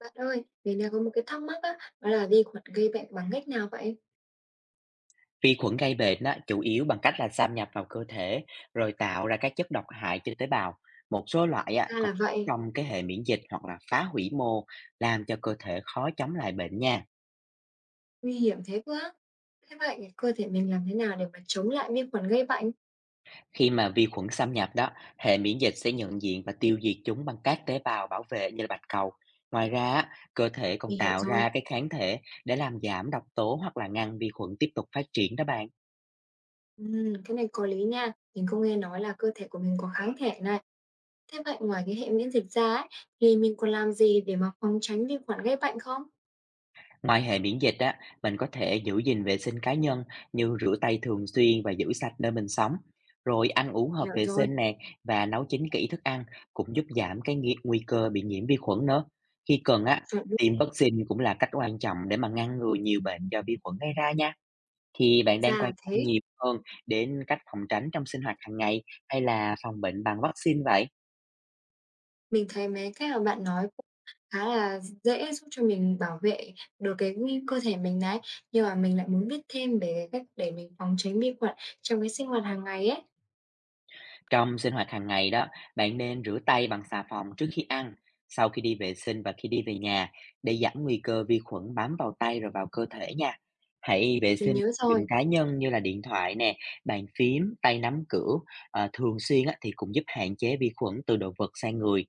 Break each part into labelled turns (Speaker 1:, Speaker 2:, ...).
Speaker 1: Bạn ơi, mình đang có một cái thắc mắc á, đó là vi khuẩn gây bệnh bằng cách nào vậy?
Speaker 2: Vi khuẩn gây bệnh á, chủ yếu bằng cách là xâm nhập vào cơ thể rồi tạo ra các chất độc hại cho tế bào. Một số loại á,
Speaker 1: Ra
Speaker 2: còn
Speaker 1: là vậy,
Speaker 2: trong cái hệ miễn dịch hoặc là phá hủy mô làm cho cơ thể khó chống lại bệnh nha.
Speaker 1: nguy hiểm thế cơ á. Thế vậy, cái cơ thể mình làm thế nào để mà chống lại vi khuẩn gây bệnh?
Speaker 2: Khi mà vi khuẩn xâm nhập đó, hệ miễn dịch sẽ nhận diện và tiêu diệt chúng bằng các tế bào bảo vệ như là bạch cầu. Ngoài ra, á, cơ thể còn
Speaker 1: Mình hiểu
Speaker 2: tạo
Speaker 1: rồi.
Speaker 2: ra cái kháng thể để làm giảm độc tố hoặc là ngăn vi khuẩn tiếp tục phát triển đó bạn.
Speaker 1: Cái này có lý nha. Mình cũng nghe nói là cơ thể của mình có kháng thể này. Thế vậy ngoài cái hệ miễn dịch ra ấy, thì mình còn làm gì để mà phòng tránh vi khuẩn gây bệnh không?
Speaker 2: Ngoài hệ miễn dịch á, mình có thể giữ gìn vệ sinh cá nhân như rửa tay thường xuyên và giữ sạch nơi mình sống. Rồi ăn uống hợp
Speaker 1: Hiểu
Speaker 2: vệ
Speaker 1: rồi,
Speaker 2: sinh nè và nấu chín kỹ thức ăn cũng giúp giảm cái nguy cơ bị nhiễm vi khuẩn nữa. Khi cần á,
Speaker 1: chuẩn luôn.
Speaker 2: tiêm vaccine cũng là cách quan trọng để mà ngăn ngừa nhiều bệnh do vi khuẩn gây ra nha. Thì bạn đang
Speaker 1: Ra
Speaker 2: quan
Speaker 1: là
Speaker 2: tâm
Speaker 1: thế.
Speaker 2: nhiều hơn đến cách phòng tránh trong sinh hoạt hàng ngày hay là phòng bệnh bằng vaccine vậy?
Speaker 1: Mình thấy mấy cái mà bạn nói khá là dễ giúp cho mình bảo vệ được cái nguy cơ thể mình đấy, nhưng mà mình lại muốn biết thêm về cái cách để mình phòng tránh vi khuẩn trong cái sinh hoạt hàng ngày ấy.
Speaker 2: Trong sinh hoạt hàng ngày đó, bạn nên rửa tay bằng xà phòng trước khi ăn, sau khi đi vệ sinh và khi đi về nhà để giảm nguy cơ vi khuẩn bám vào tay rồi vào cơ thể nha. Hãy vệ
Speaker 1: Mình
Speaker 2: sinh
Speaker 1: nhớ rồi,
Speaker 2: dùng cá nhân như là điện thoại nè, bàn phím, tay nắm cửa thường xuyên á, thì cũng giúp hạn chế vi khuẩn từ đồ vật sang người.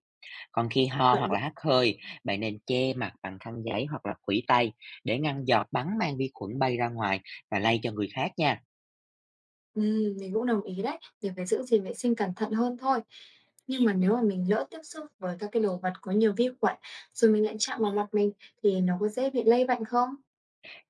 Speaker 2: Còn khi ho
Speaker 1: chuẩn
Speaker 2: hoặc
Speaker 1: luôn.
Speaker 2: là hắt hơi, bạn nên che mặt bằng khăn giấy hoặc là khuỷu tay để ngăn giọt bắn mang vi khuẩn bay ra ngoài và lây cho người khác nha.
Speaker 1: Mình cũng đồng ý đấy, mình phải giữ gìn vệ sinh cẩn thận hơn thôi. Nhưng mà nếu mà mình lỡ tiếp xúc với các cái đồ vật có nhiều vi khuẩn, rồi mình lại chạm vào mặt mình thì nó có dễ bị lây bệnh không?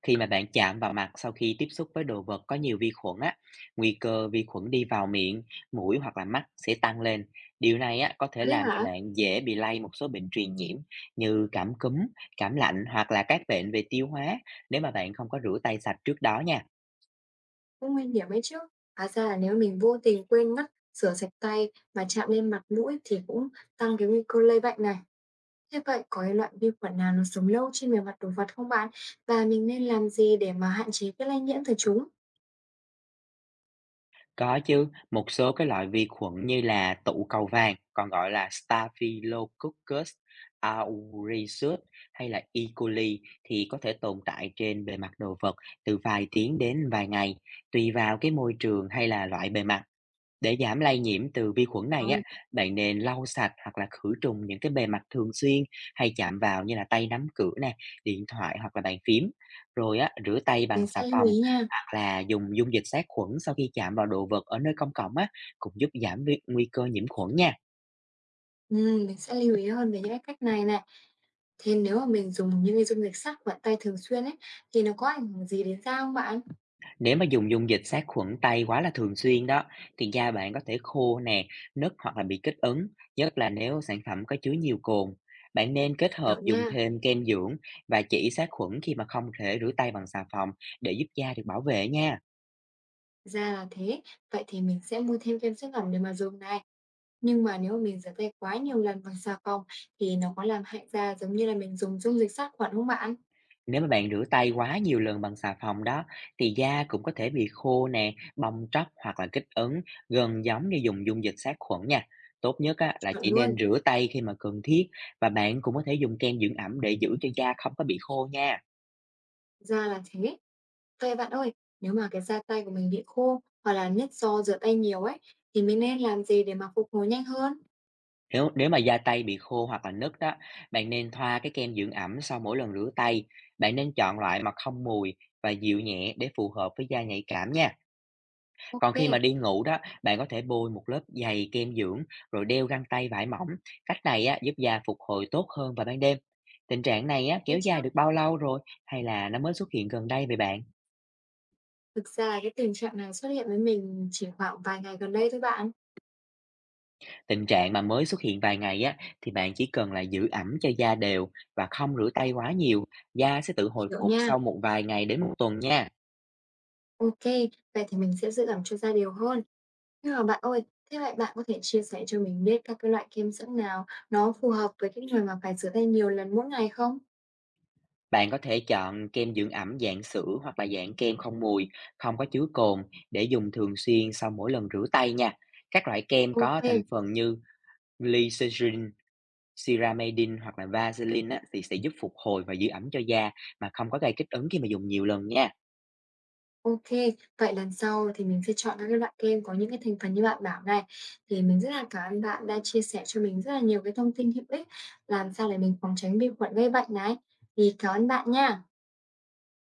Speaker 2: Khi mà bạn chạm vào mặt sau khi tiếp xúc với đồ vật có nhiều vi khuẩn á, nguy cơ vi khuẩn đi vào miệng, mũi hoặc là mắt sẽ tăng lên. Điều này á, có
Speaker 1: Có
Speaker 2: thể
Speaker 1: thế
Speaker 2: làm cho
Speaker 1: hả?
Speaker 2: bạn dễ bị lây một số bệnh truyền nhiễm như cảm cúm, cảm lạnh hoặc là các bệnh về tiêu hóa nếu mà bạn không có rửa tay sạch trước đó nha.
Speaker 1: Cũng nguy hiểm ấy chứ. Hóa ra là nếu mình vô tình quên mất rửa sạch tay mà chạm lên mặt mũi thì cũng tăng cái nguy cơ lây bệnh này. Thế vậy có cái loại vi khuẩn nào nó sống lâu trên bề mặt đồ vật không bạn? Và mình nên làm gì để mà hạn chế cái lây nhiễm từ chúng?
Speaker 2: Có chứ, một số cái loại vi khuẩn như là tụ cầu vàng, còn gọi là Staphylococcus aureus hay là E. coli thì có thể tồn tại trên bề mặt đồ vật từ vài tiếng đến vài ngày, tùy vào cái môi trường hay là loại bề mặt. Để giảm lây nhiễm từ vi khuẩn này
Speaker 1: Rồi,
Speaker 2: á, bạn nên lau sạch hoặc là khử trùng những cái bề mặt thường xuyên hay chạm vào như là tay nắm cửa nè, điện thoại hoặc là bàn phím. Rồi á, rửa tay bằng
Speaker 1: mình
Speaker 2: xà
Speaker 1: sẽ lưu
Speaker 2: phòng
Speaker 1: ý nha.
Speaker 2: hoặc là dùng dung dịch sát khuẩn sau khi chạm vào đồ vật ở nơi công cộng á, cũng giúp giảm nguy cơ nhiễm khuẩn nha.
Speaker 1: Mình sẽ lưu ý hơn về những cái cách này này. Thế nếu mà mình dùng những cái dung dịch sát khuẩn tay thường xuyên ấy, thì nó có ảnh hưởng gì đến da không bạn?
Speaker 2: Nếu mà dùng dung dịch sát khuẩn tay quá là thường xuyên đó, thì da bạn có thể khô nè, nứt hoặc là bị kích ứng, nhất là nếu sản phẩm có chứa nhiều cồn. Bạn nên kết
Speaker 1: Hiểu
Speaker 2: hợp dùng
Speaker 1: nha.
Speaker 2: thêm kem dưỡng và chỉ sát khuẩn khi mà không thể rửa tay bằng xà phòng để giúp da được bảo vệ nha.
Speaker 1: Ra là thế. Vậy thì mình sẽ mua thêm kem dưỡng ẩm để mà dùng này. Nhưng mà nếu mà mình rửa tay quá nhiều lần bằng xà phòng thì nó có làm hại da giống như là mình dùng dung dịch sát khuẩn không bạn?
Speaker 2: Nếu mà bạn rửa tay quá nhiều lần bằng xà phòng đó, thì da cũng có thể bị khô nè, bong tróc hoặc là kích ứng gần giống như dùng dung dịch sát khuẩn nha. Tốt nhất á, là
Speaker 1: Chuẩn
Speaker 2: chỉ
Speaker 1: luôn.
Speaker 2: nên rửa tay khi mà cần thiết, và bạn cũng có thể dùng kem dưỡng ẩm để giữ cho da không có bị khô nha.
Speaker 1: Ra là thế. Vậy bạn ơi, nếu mà cái da tay của mình bị khô hoặc là nhất do rửa tay nhiều ấy, thì mình nên làm gì để mà phục hồi nhanh hơn?
Speaker 2: Nếu nếu mà da tay bị khô hoặc là nứt đó, bạn nên thoa cái kem dưỡng ẩm sau mỗi lần rửa tay. Bạn nên chọn loại mà không mùi và dịu nhẹ để phù hợp với da nhạy cảm nha. Còn
Speaker 1: Ok,
Speaker 2: khi mà đi ngủ đó, bạn có thể bôi một lớp dày kem dưỡng rồi đeo găng tay vải mỏng. Cách này á, giúp da phục hồi tốt hơn vào ban đêm. Tình trạng này á,
Speaker 1: thế
Speaker 2: kéo
Speaker 1: chứ.
Speaker 2: dài được bao lâu rồi hay là nó mới xuất hiện gần đây vậy bạn?
Speaker 1: Thực ra là cái tình trạng này xuất hiện với mình chỉ khoảng vài ngày gần đây thôi bạn.
Speaker 2: Tình trạng mà mới xuất hiện vài ngày á, thì bạn chỉ cần là giữ ẩm cho da đều và không rửa tay quá nhiều. Da sẽ tự hồi
Speaker 1: Hiểu
Speaker 2: phục
Speaker 1: nha.
Speaker 2: sau một vài ngày đến một tuần nha.
Speaker 1: Ok, vậy thì mình sẽ giữ ẩm cho da đều hơn. Nhưng mà bạn ơi, thế vậy bạn có thể chia sẻ cho mình biết các cái loại kem dưỡng nào nó phù hợp với cái người mà phải rửa tay nhiều lần mỗi ngày không?
Speaker 2: Bạn có thể chọn kem dưỡng ẩm dạng sữa hoặc là dạng kem không mùi, không có chứa cồn để dùng thường xuyên sau mỗi lần rửa tay nha. Các loại kem
Speaker 1: Ok,
Speaker 2: có thành phần như glycerin, ceramidin hoặc là vaseline á, thì sẽ giúp phục hồi và giữ ẩm cho da mà không có gây kích ứng khi mà dùng nhiều lần nha.
Speaker 1: OK, vậy lần sau thì mình sẽ chọn các cái loại kem có những cái thành phần như bạn bảo này. Thì mình rất là cảm ơn bạn đã chia sẻ cho mình rất là nhiều cái thông tin hữu ích, làm sao để mình phòng tránh vi khuẩn gây bệnh này. Thì cảm ơn bạn nha.